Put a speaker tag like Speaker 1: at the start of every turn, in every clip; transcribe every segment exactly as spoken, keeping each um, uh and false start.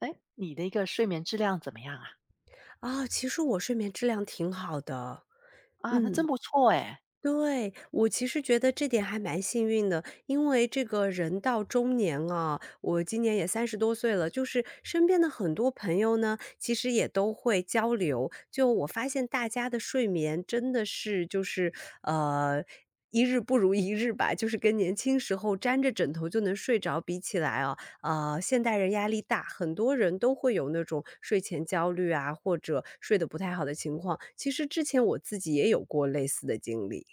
Speaker 1: 哎，你的一个睡眠质量怎么样啊？
Speaker 2: 啊，其实我睡眠质量挺好的。
Speaker 1: 啊，那真
Speaker 2: 嗯，
Speaker 1: 不错哎。
Speaker 2: 对，我其实觉得这点还蛮幸运的，因为这个人到中年啊，我今年也三十多岁了，就是身边的很多朋友呢，其实也都会交流。就我发现大家的睡眠真的是就是呃。一日不如一日吧，就是跟年轻时候沾着枕头就能睡着比起来啊。呃，现代人压力大，很多人都会有那种睡前焦虑啊，或者睡得不太好的情况。其实之前我自己也有过类似的经历。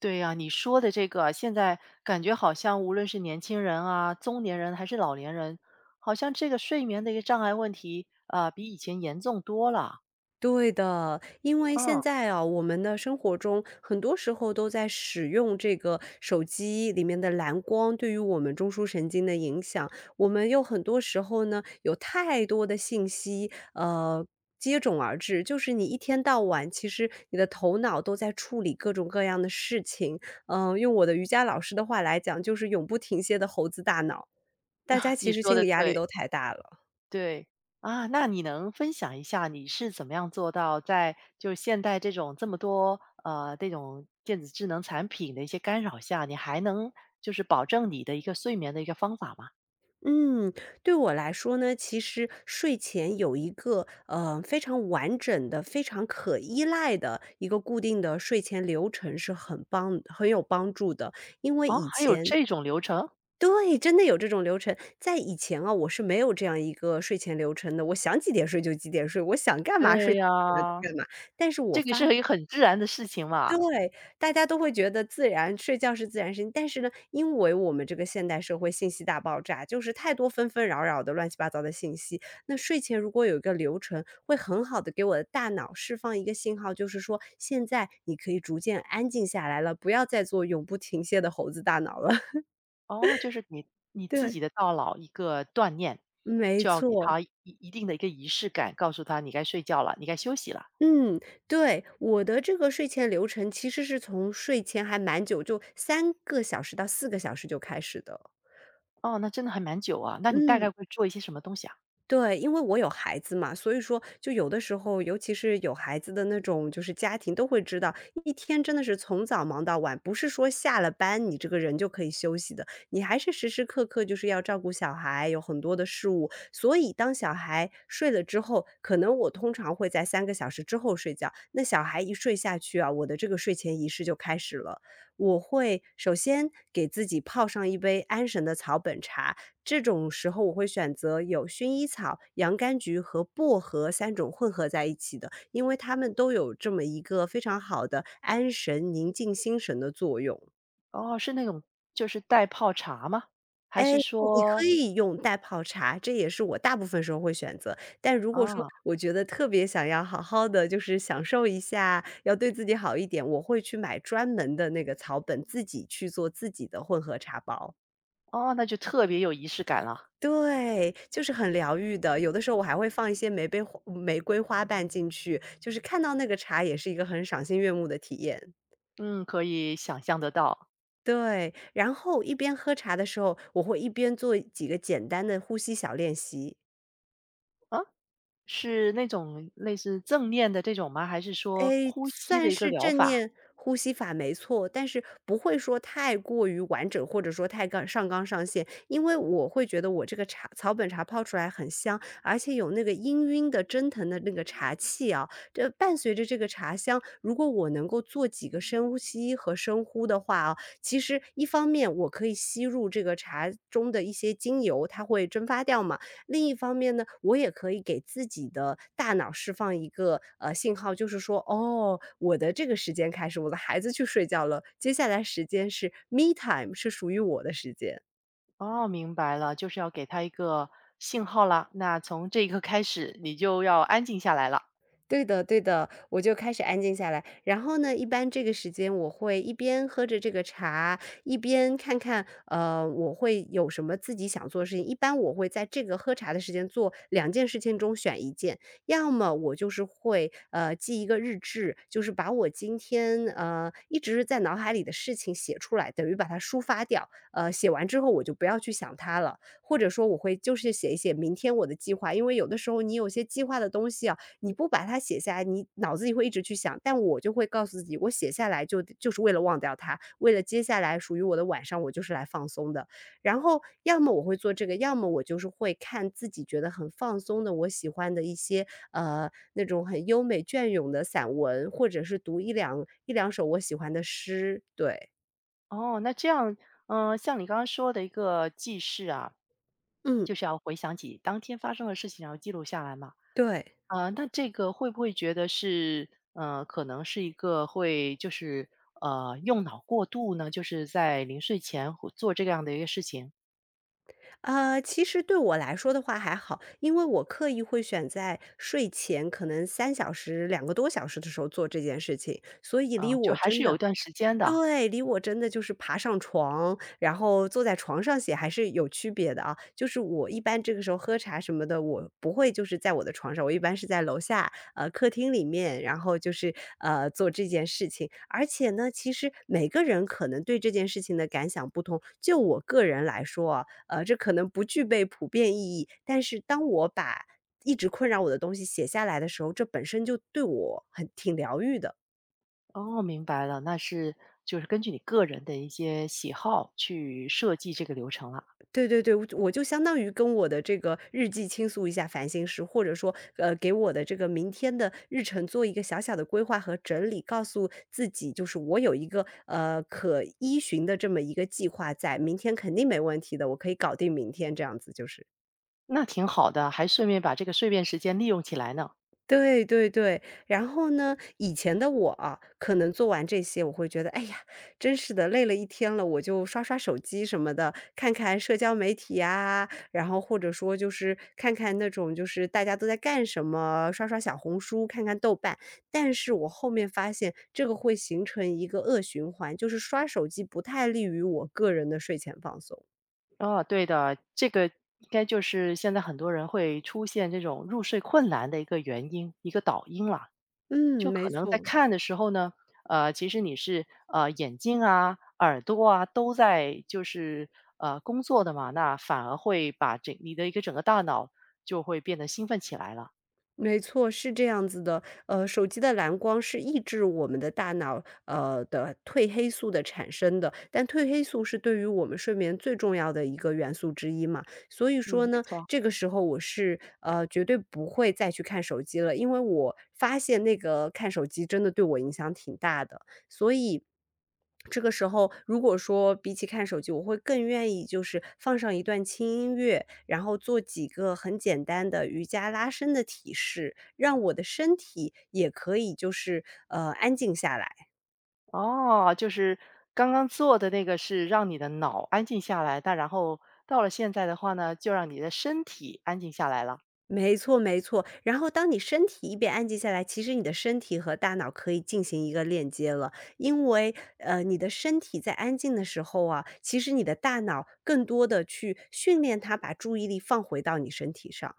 Speaker 1: 对呀，你说的这个，现在感觉好像无论是年轻人啊、中年人还是老年人，好像这个睡眠的一个障碍问题啊、呃比以前严重多了。
Speaker 2: 对的，因为现
Speaker 1: 嗯，
Speaker 2: 在啊，我们的生活中很多时候都在使用这个手机里面的蓝光对于我们中枢神经的影响，我们又很多时候呢，有太多的信息，呃。接踵而至，就是你一天到晚，其实你的头脑都在处理各种各样的事情。嗯、用我的瑜伽老师的话来讲，就是永不停歇的猴子大脑。大家
Speaker 1: 你
Speaker 2: 其实
Speaker 1: 说
Speaker 2: 心
Speaker 1: 的
Speaker 2: 理压力
Speaker 1: 对，
Speaker 2: 都太大了。
Speaker 1: 对啊。那你能分享一下你是怎么样做到在就是现代这种这么多呃这种电子智能产品的一些干扰下，你还能就是保证你的一个睡眠的一个方法吗？
Speaker 2: 嗯，对我来说呢，其实睡前有一个呃非常完整的、非常可依赖的一个固定的睡前流程是很帮很有帮助的。因为
Speaker 1: 哦，
Speaker 2: 以
Speaker 1: 还有
Speaker 2: 前。
Speaker 1: 这种流程？
Speaker 2: 对，真的有这种流程，在以前啊，我是没有这样一个睡前流程的。我想几点睡就几点睡，我想干嘛
Speaker 1: 对
Speaker 2: 睡
Speaker 1: 呀，
Speaker 2: 干嘛就干嘛。但是我
Speaker 1: 这个
Speaker 2: 发
Speaker 1: 是一个很自然的事情嘛。
Speaker 2: 对，大家都会觉得自然睡觉是自然事情，但是呢，因为我们这个现代社会信息大爆炸，就是太多纷纷扰扰的乱七八糟的信息，那睡前如果有一个流程，会很好的给我的大脑释放一个信号，就是说现在你可以逐渐安静下来了，不要再做永不停歇的猴子大脑了。
Speaker 1: 哦，就是你你自己
Speaker 2: 对，
Speaker 1: 的大脑一个锻炼，
Speaker 2: 没
Speaker 1: 就要给
Speaker 2: 错。
Speaker 1: 他一一定的一个仪式感，告诉他你该睡觉了，你该休息了。
Speaker 2: 嗯，对，我的这个睡前流程其实是从睡前还蛮久，就三个小时到四个小时就开始的。
Speaker 1: 哦，那真的还蛮久啊，那你大
Speaker 2: 嗯。
Speaker 1: 概会做一些什么东西啊？
Speaker 2: 对，因为我有孩子嘛，所以说就有的时候，尤其是有孩子的那种就是家庭，都会知道一天真的是从早忙到晚，不是说下了班你这个人就可以休息的，你还是时时刻刻就是要照顾小孩，有很多的事物。所以当小孩睡了之后，可能我通常会在三个小时之后睡觉，那小孩一睡下去啊，我的这个睡前仪式就开始了。我会首先给自己泡上一杯安神的草本茶，这种时候我会选择有薰衣草、洋甘菊和薄荷三种混合在一起的，因为它们都有这么一个非常好的安神、宁静心神的作用。
Speaker 1: 哦，是那种就是代泡茶吗？还
Speaker 2: 哎，
Speaker 1: 是
Speaker 2: 你
Speaker 1: 说
Speaker 2: 可以用袋泡茶，这也是我大部分时候会选择。但如果说
Speaker 1: 啊，
Speaker 2: 我觉得特别想要好好的，就是享受一下，要对自己好一点，我会去买专门的那个草本，自己去做自己的混合茶包。
Speaker 1: 哦，那就特别有仪式感了。
Speaker 2: 对，就是很疗愈的。有的时候我还会放一些玫瑰花嗯玫瑰花瓣进去，就是看到那个茶也是一个很赏心悦目的体验。
Speaker 1: 嗯，可以想象得到。
Speaker 2: 对，然后一边喝茶的时候，我会一边做几个简单的呼吸小练习。
Speaker 1: 啊，是那种类似正念的这种吗？还是说
Speaker 2: 哎，
Speaker 1: 呼吸的
Speaker 2: 算
Speaker 1: 一个
Speaker 2: 是
Speaker 1: 疗
Speaker 2: 正
Speaker 1: 法？
Speaker 2: 念呼吸法没错，但是不会说太过于完整，或者说太纲上纲上线，因为我会觉得我这个茶草本茶泡出来很香，而且有那个氤氲的蒸腾的那个茶气啊。这伴随着这个茶香，如果我能够做几个深呼吸和深呼的话啊，其实一方面我可以吸入这个茶中的一些精油，它会蒸发掉嘛。另一方面呢，我也可以给自己的大脑释放一个呃信号，就是说，哦，我的这个时间开始，我的孩子去睡觉了，接下来时间是 me time,是属于我的时间。
Speaker 1: 哦，明白了，就是要给他一个信号啦。那从这一刻开始，你就要安静下来了。
Speaker 2: 对的对的，我就开始安静下来。然后呢，一般这个时间我会一边喝着这个茶，一边看看，呃，我会有什么自己想做的事情。一般我会在这个喝茶的时间做两件事情中选一件，要么我就是会，呃，记一个日志，就是把我今天，呃，一直在脑海里的事情写出来，等于把它抒发掉。呃，写完之后我就不要去想它了，或者说我会就是写一写明天我的计划，因为有的时候你有些计划的东西啊，你不把它写下来，你脑子里会一直去想。但我就会告诉自己，我写下来就就是为了忘掉它，为了接下来属于我的晚上，我就是来放松的。然后要么我会做这个，要么我就是会看自己觉得很放松的，我喜欢的一些呃那种很优美隽永的散文，或者是读一两一两首我喜欢的诗。对。
Speaker 1: 哦，那这样，嗯、像你刚刚说的一个记事啊，就
Speaker 2: 嗯，
Speaker 1: 是要回想起当天发生的事情，然后记录下来嘛。
Speaker 2: 对。
Speaker 1: 啊、那这个会不会觉得是，呃，可能是一个会就是呃用脑过度呢？就是在临睡前会做这样的一个事情
Speaker 2: 呃，其实对我来说的话还好，因为我刻意会选在睡前可能三小时、两个多小时的时候做这件事情，所以离
Speaker 1: 啊、就
Speaker 2: 我
Speaker 1: 还是
Speaker 2: 真
Speaker 1: 有一
Speaker 2: 的
Speaker 1: 段时间的。
Speaker 2: 对，离我真的就是爬上床，然后坐在床上写还是有区别的啊。就是我一般这个时候喝茶什么的，我不会就是在我的床上，我一般是在楼下，呃，客厅里面，然后就是，呃，做这件事情。而且呢，其实每个人可能对这件事情的感想不同，就我个人来说啊，呃，这可能不具备普遍意义，但是当我把一直困扰我的东西写下来的时候，这本身就对我很挺疗愈的。
Speaker 1: 哦，明白了，那是就是根据你个人的一些喜好去设计这个流程了，
Speaker 2: 对对对，我就我就相当于跟我的这个日记倾诉一下烦心事，或者说，呃，给我的这个明天的日程做一个小小的规划和整理，告诉自己就是我有一个呃可依循的这么一个计划在，明天肯定没问题的，我可以搞定明天这样子就是。
Speaker 1: 那挺好的，还顺便把这个碎片时间利用起来呢。
Speaker 2: 对对对，然后呢，以前的我啊可能做完这些，我会觉得，哎呀，真是的，累了一天了，我就刷刷手机什么的，看看社交媒体啊，然后或者说就是看看那种就是大家都在干什么，刷刷小红书，看看豆瓣。但是我后面发现，这个会形成一个恶循环，就是刷手机不太利于我个人的睡前放松。
Speaker 1: 哦，对的，这个应该就是现在很多人会出现这种入睡困难的一个原因，一个导因啦。就
Speaker 2: 嗯，
Speaker 1: 可
Speaker 2: 没
Speaker 1: 能在
Speaker 2: 错。
Speaker 1: 看的时候呢，呃，其实你是呃眼睛啊、耳朵啊都在就是呃工作的嘛，那反而会把整你的一个整个大脑就会变得兴奋起来了。
Speaker 2: 没错，是这样子的。呃，手机的蓝光是抑制我们的大脑呃的褪黑素的产生的，但褪黑素是对于我们睡眠最重要的一个元素之一嘛。所以
Speaker 1: 嗯，
Speaker 2: 说
Speaker 1: 没
Speaker 2: 呢，
Speaker 1: 错。
Speaker 2: 这个时候我是呃绝对不会再去看手机了，因为我发现那个看手机真的对我影响挺大的。所以这个时候，如果说比起看手机，我会更愿意就是放上一段轻音乐，然后做几个很简单的瑜伽拉伸的体式，让我的身体也可以就是呃安静下来。
Speaker 1: 哦，就是刚刚做的那个是让你的脑安静下来，但然后到了现在的话呢，就让你的身体安静下来了。
Speaker 2: 没错，没错。然后当你身体一边安静下来，其实你的身体和大脑可以进行一个链接了，因为呃你的身体在安静的时候啊，其实你的大脑更多的去训练它把注意力放回到你身体上。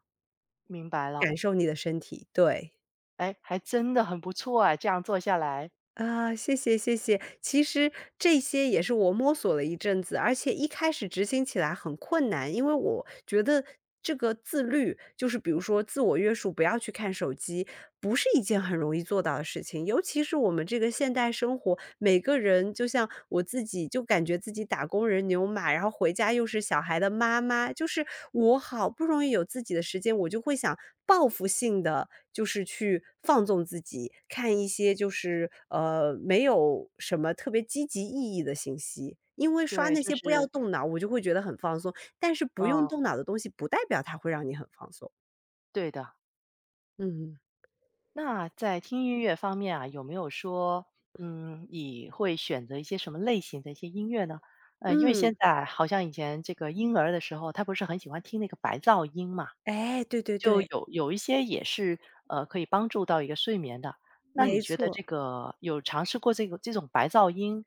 Speaker 1: 明白了，
Speaker 2: 感受你的身体，对。
Speaker 1: 哎，还真的很不错哎，这样做下来，
Speaker 2: 啊，谢谢谢谢。其实这些也是我摸索了一阵子，而且一开始执行起来很困难，因为我觉得这个自律，就是比如说自我约束，不要去看手机，不是一件很容易做到的事情。尤其是我们这个现代生活，每个人就像我自己就感觉自己打工人牛马，然后回家又是小孩的妈妈，就是我好不容易有自己的时间，我就会想报复性的，就是去放纵自己，看一些就是，呃，没有什么特别积极意义的信息。因为刷
Speaker 1: 对，
Speaker 2: 那
Speaker 1: 就
Speaker 2: 些不要
Speaker 1: 是
Speaker 2: 动脑，我就会觉得很放松，但是不用
Speaker 1: 嗯，
Speaker 2: 动脑的东西不代表它会让你很放松。
Speaker 1: 对的。
Speaker 2: 嗯，
Speaker 1: 那在听音乐方面啊，有没有说，嗯，你会选择一些什么类型的一些音乐呢？呃，因为现
Speaker 2: 嗯，
Speaker 1: 在好像以前这个婴儿的时候，他不是很喜欢听那个白噪音嘛，
Speaker 2: 哎，对对
Speaker 1: 就
Speaker 2: 对，
Speaker 1: 有有一些也是呃可以帮助到一个睡眠的。那你
Speaker 2: 没
Speaker 1: 觉得这
Speaker 2: 错。
Speaker 1: 个有尝试过这个这种白噪音，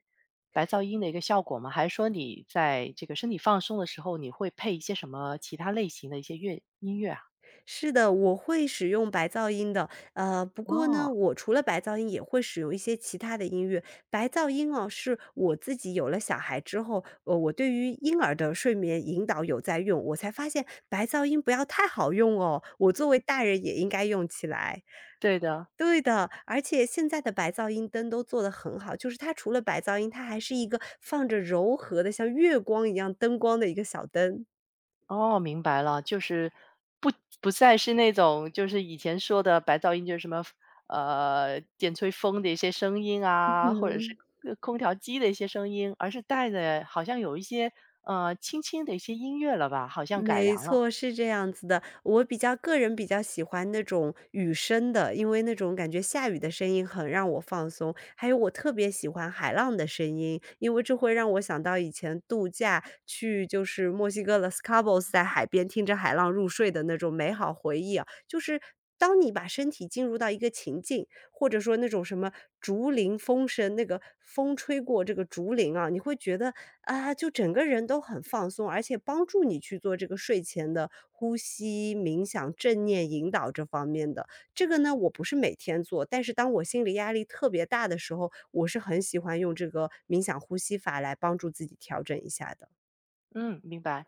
Speaker 1: 白噪音的一个效果吗？还是说你在这个身体放松的时候，你会配一些什么其他类型的一些乐音乐啊？
Speaker 2: 是的，我会使用白噪音的。呃，不过呢，
Speaker 1: 哦，
Speaker 2: 我除了白噪音也会使用一些其他的音乐。白噪音哦，是我自己有了小孩之后，呃，我对于婴儿的睡眠引导有在用，我才发现白噪音不要太好用哦，我作为大人也应该用起来。
Speaker 1: 对的，
Speaker 2: 对的，而且现在的白噪音灯都做得很好，就是它除了白噪音，它还是一个放着柔和的像月光一样灯光的一个小灯。
Speaker 1: 哦，明白了，就是不不再是那种就是以前说的白噪音，就是什么呃电吹风的一些声音 啊，或者是
Speaker 2: 嗯。
Speaker 1: 呃空调机的一些声音，而是带着好像有一些呃轻轻的一些音乐了吧，好像改
Speaker 2: 没
Speaker 1: 良了。
Speaker 2: 错，是这样子的。我比较个人比较喜欢那种雨声的，因为那种感觉下雨的声音很让我放松。还有我特别喜欢海浪的声音，因为这会让我想到以前度假去就是墨西哥 Los Cabos，在海边听着海浪入睡的那种美好回忆啊。就是当你把身体进入到一个情境，或者说那种什么竹林风声，那个风吹过这个竹林啊，你会觉得啊，就整个人都很放松，而且帮助你去做这个睡前的呼吸、冥想、正念引导这方面的。这个呢，我不是每天做，但是当我心理压力特别大的时候，我是很喜欢用这个冥想呼吸法来帮助自己调整一下的。
Speaker 1: 嗯，明白。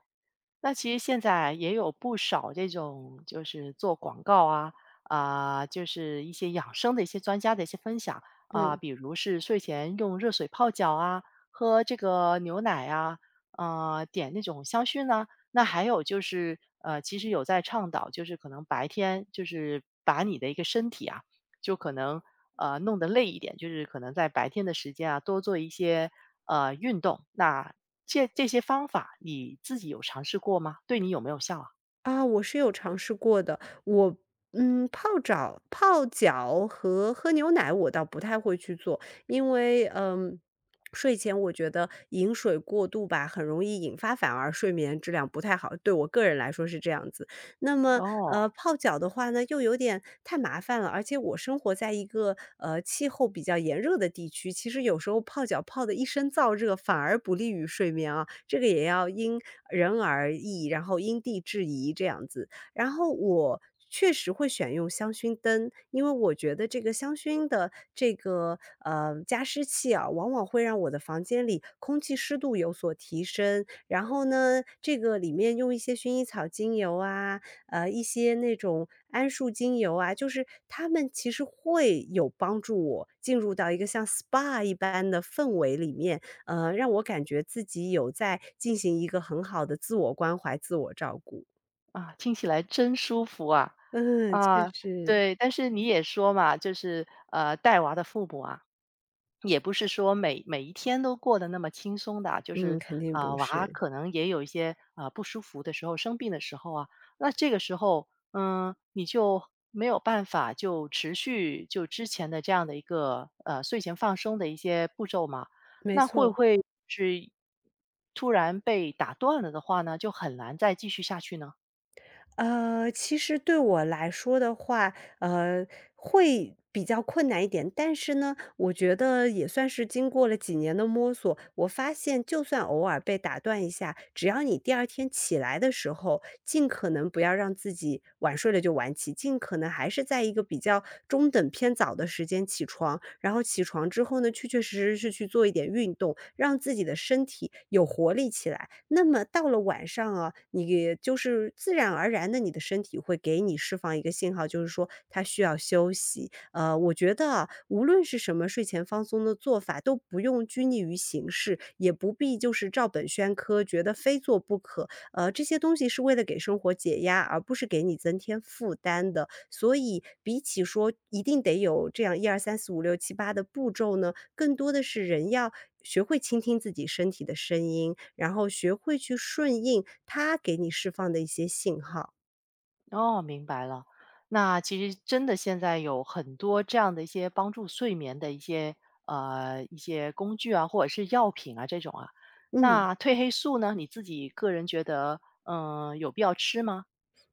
Speaker 1: 那其实现在也有不少这种就是做广告啊，啊、就是一些养生的一些专家的一些分享啊、
Speaker 2: 嗯。
Speaker 1: 比如是睡前用热水泡脚啊，喝这个牛奶啊，啊，点那种香薰呢、那还有就是呃，其实有在倡导，就是可能白天就是把你的一个身体啊就可能呃弄得累一点，就是可能在白天的时间啊多做一些呃运动。那这这些方法你自己有尝试过吗？对你有没有效啊？
Speaker 2: 啊，我是有尝试过的。我嗯，泡澡、泡脚和喝牛奶我倒不太会去做，因为嗯，睡前我觉得饮水过度吧，很容易引发反而睡眠质量不太好，对我个人来说是这样子。那么，
Speaker 1: 哦。
Speaker 2: 呃，泡脚的话呢，又有点太麻烦了，而且我生活在一个，呃，气候比较炎热的地区，其实有时候泡脚泡的一身燥热，反而不利于睡眠啊，这个也要因人而异，然后因地制宜这样子。然后我确实会选用香薰灯，因为我觉得这个香薰的这个，呃，加湿器啊，往往会让我的房间里空气湿度有所提升。然后呢，这个里面用一些薰衣草精油啊，呃，一些那种桉树精油啊，就是它们其实会有帮助我进入到一个像 spa 一般的氛围里面，呃，让我感觉自己有在进行一个很好的自我关怀、自我照顾。
Speaker 1: 啊，听起来真舒服啊。
Speaker 2: 嗯，确
Speaker 1: 啊，
Speaker 2: 实，
Speaker 1: 对，但是你也说嘛，就是，呃，带娃的父母啊，也不是说每每一天都过得那么轻松的啊就
Speaker 2: 嗯，
Speaker 1: 是，
Speaker 2: 肯定
Speaker 1: 啊，
Speaker 2: 不
Speaker 1: 娃
Speaker 2: 是，
Speaker 1: 可能也有一些，啊不舒服的时候，生病的时候啊，那这个时候，嗯，你就没有办法就持续就之前的这样的一个，呃，睡前放松的一些步骤嘛，
Speaker 2: 没
Speaker 1: 那会不
Speaker 2: 错。
Speaker 1: 会是突然被打断了的话呢，就很难再继续下去呢？
Speaker 2: 呃，其实对我来说的话，呃，会比较困难一点，但是呢，我觉得也算是经过了几年的摸索，我发现就算偶尔被打断一下，只要你第二天起来的时候，尽可能不要让自己晚睡了就晚起，尽可能还是在一个比较中等偏早的时间起床，然后起床之后呢，确确实实是去做一点运动，让自己的身体有活力起来。那么到了晚上啊，你也就是自然而然的，你的身体会给你释放一个信号，就是说它需要休息。呃，我觉得啊，无论是什么睡前放松的做法，都不用拘泥于形式，也不必就是照本宣科，觉得非做不可。呃，这些东西是为了给生活解压，而不是给你增添负担的。所以，比起说一定得有这样一二三四五六七八的步骤呢，更多的是人要学会倾听自己身体的声音，然后学会去顺应它给你释放的一些信号。
Speaker 1: 哦，明白了。那其实真的现在有很多这样的一些帮助睡眠的一些呃一些工具啊，或者是药品啊这种啊。
Speaker 2: 嗯。
Speaker 1: 那褪黑素呢，你自己个人觉得，嗯、有必要吃吗？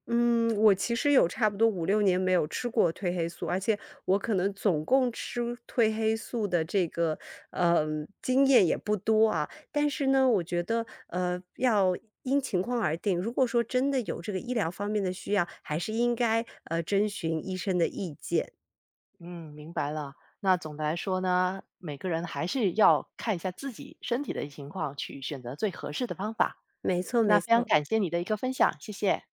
Speaker 2: 嗯，我其实有差不多五六年没有吃过褪黑素，而且我可能总共吃褪黑素的这个，呃，经验也不多啊。但是呢，我觉得，呃，要因情况而定，如果说真的有这个医疗方面的需要，还是应该，呃，征询医生的意见。
Speaker 1: 嗯，明白了。那总的来说呢，每个人还是要看一下自己身体的情况，去选择最合适的方法。
Speaker 2: 没错
Speaker 1: 那
Speaker 2: 没
Speaker 1: 非常
Speaker 2: 错。
Speaker 1: 感谢你的一个分享，谢谢。